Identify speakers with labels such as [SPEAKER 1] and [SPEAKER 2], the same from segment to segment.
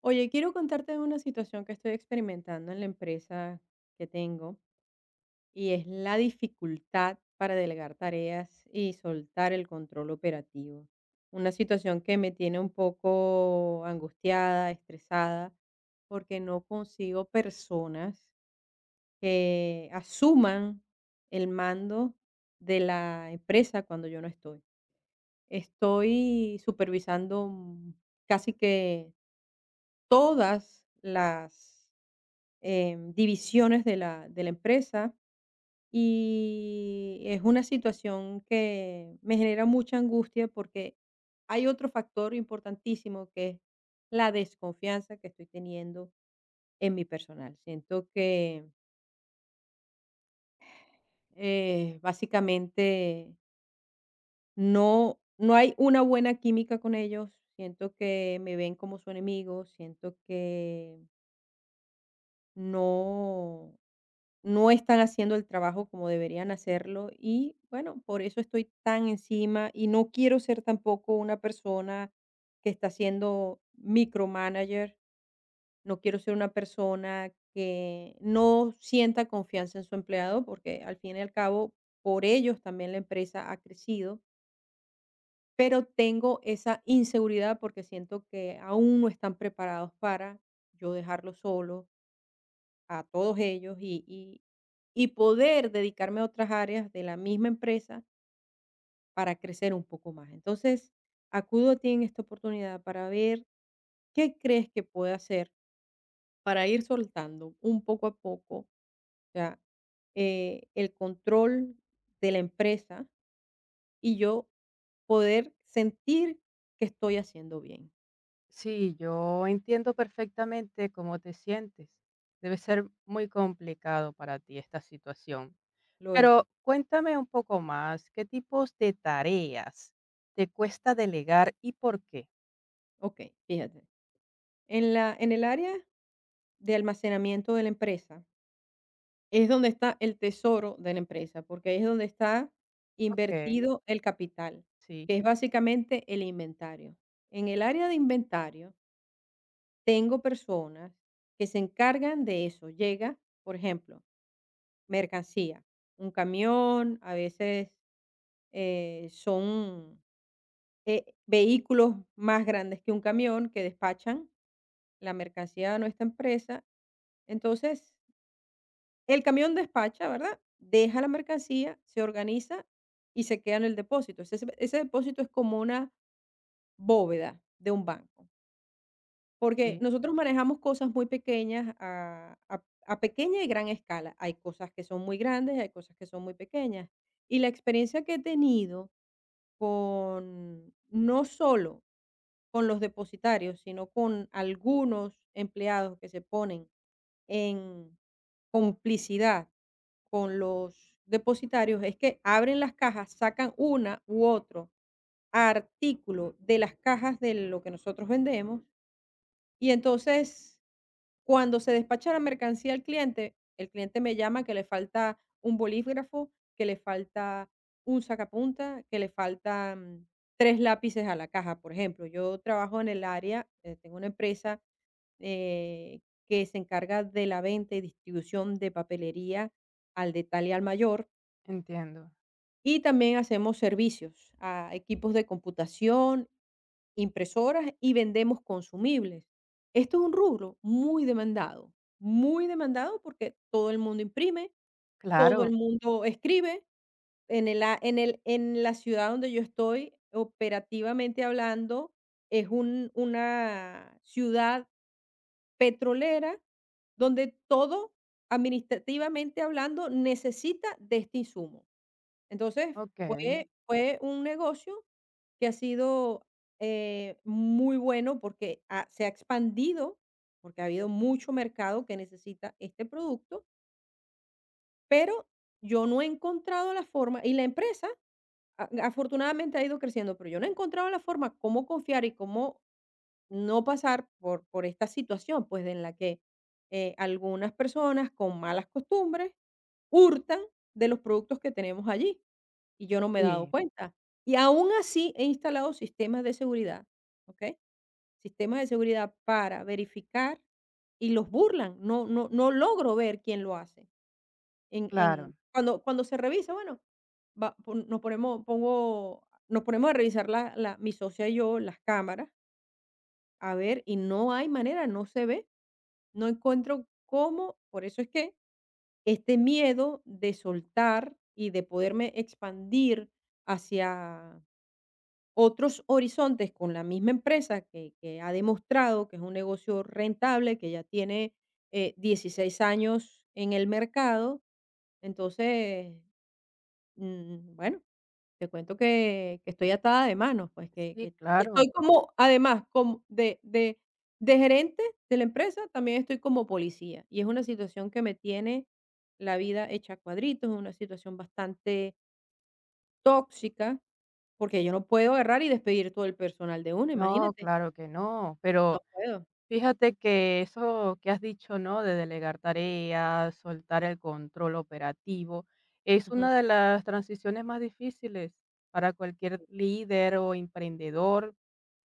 [SPEAKER 1] Oye, quiero contarte de una situación que estoy experimentando en la empresa que tengo y es la dificultad para delegar tareas y soltar el control operativo. Una situación que me tiene un poco angustiada, estresada, porque no consigo personas que asuman el mando de la empresa cuando yo no estoy, estoy supervisando casi que todas las divisiones de la empresa, y es una situación que me genera mucha angustia, porque hay otro factor importantísimo, que es la desconfianza que estoy teniendo en mi personal. Siento que, básicamente no hay una buena química con ellos, siento que me ven como su enemigo, siento que no no están haciendo el trabajo como deberían hacerlo y bueno, por eso estoy tan encima y no quiero ser tampoco una persona que está siendo micromanager, no quiero ser una persona que no sienta confianza en su empleado porque al fin y al cabo por ellos también la empresa ha crecido, pero tengo esa inseguridad porque siento que aún no están preparados para yo dejarlo solo, a todos ellos y poder dedicarme a otras áreas de la misma empresa para crecer un poco más. Entonces, acudo a ti en esta oportunidad para ver qué crees que pueda hacer para ir soltando un poco a poco ya, el control de la empresa y yo poder sentir que estoy haciendo bien.
[SPEAKER 2] Sí, yo entiendo perfectamente cómo te sientes. Debe ser muy complicado para ti esta situación.
[SPEAKER 1] Lo es.
[SPEAKER 2] Pero cuéntame un poco más, ¿qué tipos de tareas te cuesta delegar y por qué?
[SPEAKER 1] Ok, fíjate. En el área de almacenamiento de la empresa, es donde está el tesoro de la empresa, porque ahí es donde está
[SPEAKER 2] Ok,
[SPEAKER 1] invertido el capital,
[SPEAKER 2] sí,
[SPEAKER 1] que es básicamente el inventario. En el área de inventario tengo personas que se encargan de eso. Llega, por ejemplo, mercancía, un camión, a veces son vehículos más grandes que un camión que despachan la mercancía a nuestra empresa. Entonces, el camión despacha, ¿verdad? Deja la mercancía, se organiza y se queda en el depósito. Ese depósito es como una bóveda de un banco, porque
[SPEAKER 2] sí,
[SPEAKER 1] nosotros manejamos cosas muy pequeñas a pequeña y gran escala. Hay cosas que son muy grandes, hay cosas que son muy pequeñas. Y la experiencia que he tenido con, no solo con los depositarios, sino con algunos empleados que se ponen complicidad con los depositarios, es que abren las cajas, sacan una u otro artículo de las cajas de lo que nosotros vendemos, y entonces cuando se despacha la mercancía al cliente, el cliente me llama que le falta un bolígrafo, que le falta un sacapuntas, que le faltan 3 lápices a la caja, por ejemplo. Yo trabajo en el área, tengo una empresa, eh, que se encarga de la venta y distribución de papelería al detalle al mayor,
[SPEAKER 2] entiendo.
[SPEAKER 1] y también hacemos servicios a equipos de computación, impresoras y vendemos consumibles. Esto es un rubro muy demandado porque todo el mundo imprime,
[SPEAKER 2] Claro,
[SPEAKER 1] todo el mundo escribe. En, el, a- en, el, en la ciudad donde yo estoy, operativamente hablando, es una ciudad petrolera donde todo, administrativamente hablando, necesita de este insumo. Entonces,
[SPEAKER 2] ok,
[SPEAKER 1] fue un negocio que ha sido, muy bueno porque ha se ha expandido, porque ha habido mucho mercado que necesita este producto, pero yo no he encontrado la forma y la empresa a afortunadamente ha ido creciendo, pero yo no he encontrado la forma cómo confiar y cómo no pasar por esta situación, pues, en la que, algunas personas con malas costumbres hurtan de los productos que tenemos allí, y yo no me he dado
[SPEAKER 2] sí,
[SPEAKER 1] cuenta. Y aún así he instalado sistemas de seguridad, ¿okey? Sistemas de seguridad para verificar y los burlan, no logro ver quién lo hace. En en
[SPEAKER 2] claro.
[SPEAKER 1] cuando cuando se revisa, bueno, va pon nos ponemos pongo nos ponemos a revisar la la mi socia y yo las cámaras a ver, y no hay manera, no se ve, no encuentro cómo, por eso es que este miedo de soltar y de poderme expandir hacia otros horizontes con la misma empresa que ha demostrado que es un negocio rentable, que ya tiene 16 años en el mercado. Entonces, bueno, te cuento que estoy atada de manos, pues, que
[SPEAKER 2] Sí,
[SPEAKER 1] que
[SPEAKER 2] claro.
[SPEAKER 1] estoy como además, como de gerente de la empresa, también estoy como policía, y es una situación que me tiene la vida hecha a cuadritos, es una situación bastante tóxica, porque yo no puedo agarrar y despedir todo el personal de una,
[SPEAKER 2] No,
[SPEAKER 1] imagínate,
[SPEAKER 2] claro que no,
[SPEAKER 1] no
[SPEAKER 2] pero
[SPEAKER 1] puedo.
[SPEAKER 2] fíjate que eso que has dicho, ¿no? De delegar tareas, soltar el control operativo, es
[SPEAKER 1] Ujú,
[SPEAKER 2] una de las transiciones más difíciles para cualquier líder o emprendedor,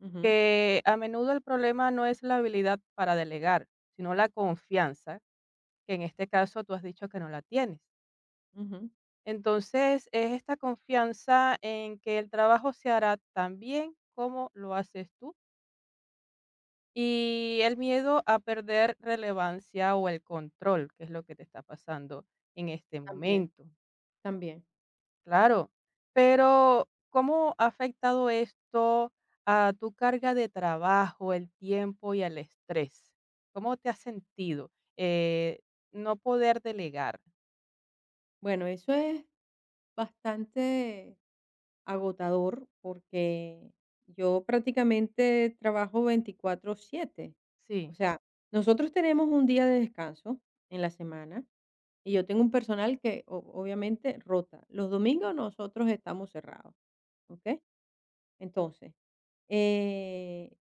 [SPEAKER 1] ujú,
[SPEAKER 2] que a menudo el problema no es la habilidad para delegar, sino la confianza, que en este caso tú has dicho que no la tienes.
[SPEAKER 1] ujú,
[SPEAKER 2] Entonces, es esta confianza en que el trabajo se hará tan bien como lo haces tú, y el miedo a perder relevancia o el control, que es lo que te está pasando en este
[SPEAKER 1] también,
[SPEAKER 2] momento,
[SPEAKER 1] también.
[SPEAKER 2] claro. Pero, ¿cómo ha afectado esto a tu carga de trabajo, el tiempo y el estrés? ¿Cómo te has sentido? Eh, no poder delegar.
[SPEAKER 1] Bueno, eso es bastante agotador porque yo prácticamente trabajo 24/7. O
[SPEAKER 2] Sí,
[SPEAKER 1] sea, nosotros tenemos un día de descanso en la semana y yo tengo un personal que obviamente rota. Los domingos nosotros estamos cerrados, ¿ok? Entonces, eh,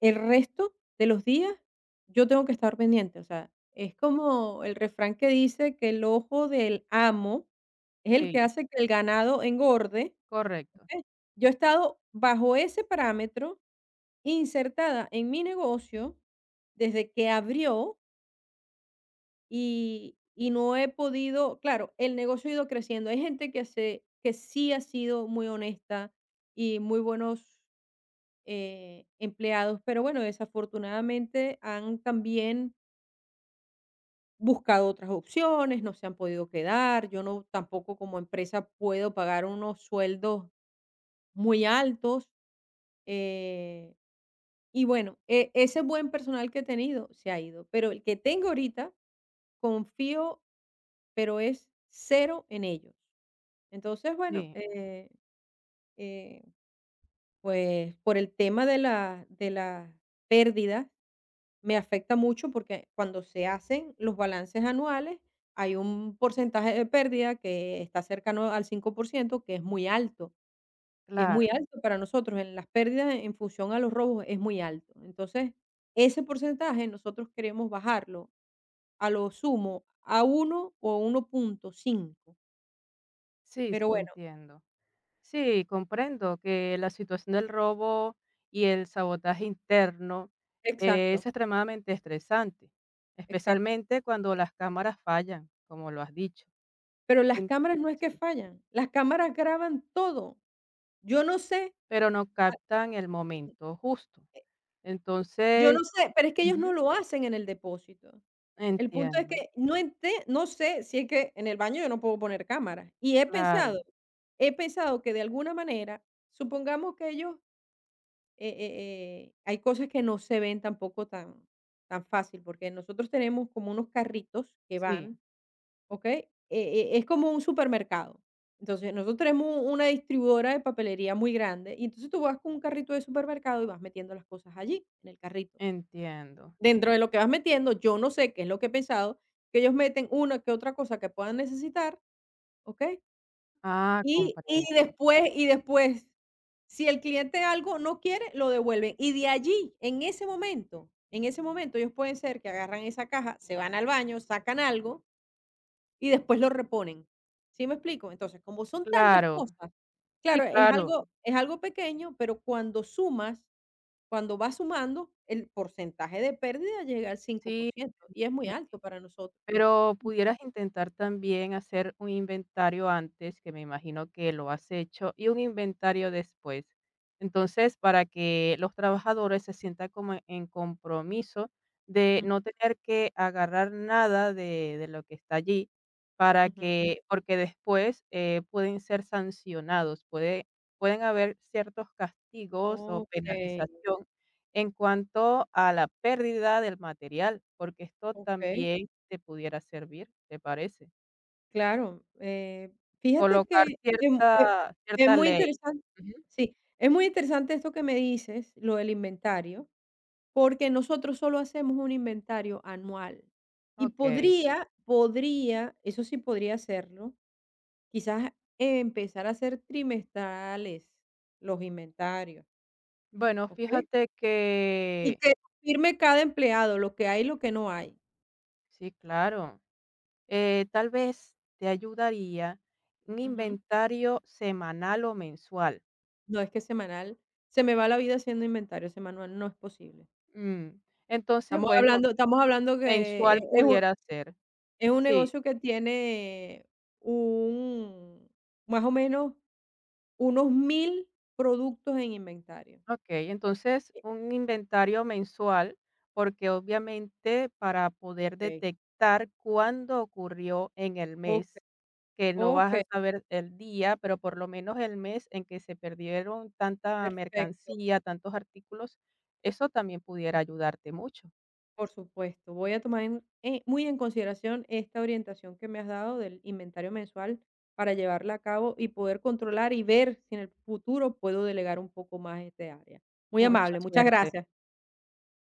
[SPEAKER 1] el resto de los días yo tengo que estar pendiente. O sea, es como el refrán que dice que el ojo del amo es el que
[SPEAKER 2] sí,
[SPEAKER 1] hace que el ganado engorde.
[SPEAKER 2] correcto.
[SPEAKER 1] Entonces, yo he estado bajo ese parámetro insertada en mi negocio desde que abrió, y no he podido, claro, el negocio ha ido creciendo. Hay gente que sí ha sido muy honesta y muy buenos, empleados, pero bueno, desafortunadamente han también buscado otras opciones, no se han podido quedar. Yo no tampoco como empresa puedo pagar unos sueldos muy altos, eh Y bueno, ese buen personal que he tenido se ha ido, pero el que tengo ahorita confío, pero es cero en ellos. Entonces, bueno,
[SPEAKER 2] Sí,
[SPEAKER 1] eh, pues por el tema de la pérdida me afecta mucho porque cuando se hacen los balances anuales hay un porcentaje de pérdida que está cercano al 5% que es muy alto. Es
[SPEAKER 2] claro.
[SPEAKER 1] muy alto para nosotros, en las pérdidas en función a los robos es muy alto. Entonces, ese porcentaje nosotros queremos bajarlo a lo sumo a uno o 1,5.
[SPEAKER 2] Sí, sí,
[SPEAKER 1] Pero bueno,
[SPEAKER 2] entiendo. Sí, comprendo que la situación del robo y el sabotaje interno, es
[SPEAKER 1] exacto,
[SPEAKER 2] extremadamente estresante,
[SPEAKER 1] exacto.
[SPEAKER 2] especialmente cuando las cámaras fallan, como lo has dicho.
[SPEAKER 1] Pero las
[SPEAKER 2] En-
[SPEAKER 1] cámaras no es que
[SPEAKER 2] sí,
[SPEAKER 1] fallan, las cámaras graban todo. Yo no sé,
[SPEAKER 2] pero no
[SPEAKER 1] ah,
[SPEAKER 2] captan el momento justo.
[SPEAKER 1] yo no
[SPEAKER 2] Entonces,
[SPEAKER 1] sé, pero es que ellos
[SPEAKER 2] ujú.
[SPEAKER 1] no lo hacen en el depósito. El punto es
[SPEAKER 2] Entiendo,
[SPEAKER 1] que no sé si es que en el baño yo no puedo poner cámaras. Y
[SPEAKER 2] claro,
[SPEAKER 1] he pensado que de alguna manera, supongamos que ellos hay cosas que no se ven tampoco tan, tan fácil, porque nosotros tenemos como unos carritos que
[SPEAKER 2] sí,
[SPEAKER 1] van, ¿ok? Es como un supermercado. Entonces, nosotros tenemos una distribuidora de papelería muy grande y entonces tú vas con un carrito de supermercado y vas metiendo las cosas allí, en el carrito.
[SPEAKER 2] entiendo.
[SPEAKER 1] Dentro de lo que vas metiendo, yo no sé qué es lo que he pensado, que ellos meten una que otra cosa que puedan necesitar, ¿ok?
[SPEAKER 2] Ah,
[SPEAKER 1] Y y
[SPEAKER 2] comprendo.
[SPEAKER 1] después y después, si el cliente algo no quiere, lo devuelven. Y de allí, en ese momento, ellos pueden ser que agarran esa caja, se van al baño, sacan algo y después lo reponen, ¿sí me explico? Entonces, como son tantas
[SPEAKER 2] Claro,
[SPEAKER 1] cosas,
[SPEAKER 2] sí,
[SPEAKER 1] claro,
[SPEAKER 2] claro,
[SPEAKER 1] es algo pequeño, pero cuando sumas, cuando vas sumando, el porcentaje de pérdida llega al cinco por
[SPEAKER 2] sí,
[SPEAKER 1] ciento y es muy alto para nosotros.
[SPEAKER 2] pero pudieras intentar también hacer un inventario antes, que me imagino que lo has hecho, y un inventario después. Entonces, para que los trabajadores se sientan como en compromiso de
[SPEAKER 1] Mm,
[SPEAKER 2] no tener que agarrar nada de, de lo que está allí, para
[SPEAKER 1] ujú.
[SPEAKER 2] que, porque después pueden ser sancionados, puede, pueden haber ciertos castigos o
[SPEAKER 1] Okey,
[SPEAKER 2] penalización en cuanto a la pérdida del material, porque esto
[SPEAKER 1] okey.
[SPEAKER 2] también te pudiera servir, ¿te parece?
[SPEAKER 1] Claro, fíjate
[SPEAKER 2] Colocar
[SPEAKER 1] que es mu e
[SPEAKER 2] cierta
[SPEAKER 1] es
[SPEAKER 2] cierta
[SPEAKER 1] muy
[SPEAKER 2] ley.
[SPEAKER 1] interesante,
[SPEAKER 2] Ujú.
[SPEAKER 1] sí, es muy interesante esto que me dices, lo del inventario, porque nosotros solo hacemos un inventario anual y
[SPEAKER 2] Okey.
[SPEAKER 1] podría, eso sí podría hacerlo, quizás empezar a hacer trimestrales los inventarios,
[SPEAKER 2] Bueno,
[SPEAKER 1] ¿ok?
[SPEAKER 2] fíjate
[SPEAKER 1] Y
[SPEAKER 2] que
[SPEAKER 1] que firme cada empleado, lo que hay y lo que no hay.
[SPEAKER 2] sí, claro. Tal vez te ayudaría un
[SPEAKER 1] Ujú.
[SPEAKER 2] inventario semanal o mensual.
[SPEAKER 1] No es que semanal, se me va la vida haciendo inventario, semanal no es posible.
[SPEAKER 2] Mm, entonces, bueno,
[SPEAKER 1] Estamos hablando que
[SPEAKER 2] mensual pudiera ser.
[SPEAKER 1] es un
[SPEAKER 2] Sí.
[SPEAKER 1] negocio que tiene un más o menos unos 1.000 productos en inventario.
[SPEAKER 2] Ok, entonces
[SPEAKER 1] Eh,
[SPEAKER 2] un inventario mensual, porque obviamente para poder
[SPEAKER 1] Okey,
[SPEAKER 2] detectar cuándo ocurrió en el mes,
[SPEAKER 1] okey,
[SPEAKER 2] que no vas a
[SPEAKER 1] okey,
[SPEAKER 2] saber el día, pero por lo menos el mes en que se perdieron tanta
[SPEAKER 1] perfecto,
[SPEAKER 2] mercancía, tantos artículos, eso también pudiera ayudarte mucho.
[SPEAKER 1] por supuesto. Voy a tomar en muy en consideración esta orientación que me has dado del inventario mensual para llevarla a cabo y poder controlar y ver si en el futuro puedo delegar un poco más este área. Muy
[SPEAKER 2] Mucha
[SPEAKER 1] amable, muchas
[SPEAKER 2] suerte.
[SPEAKER 1] gracias.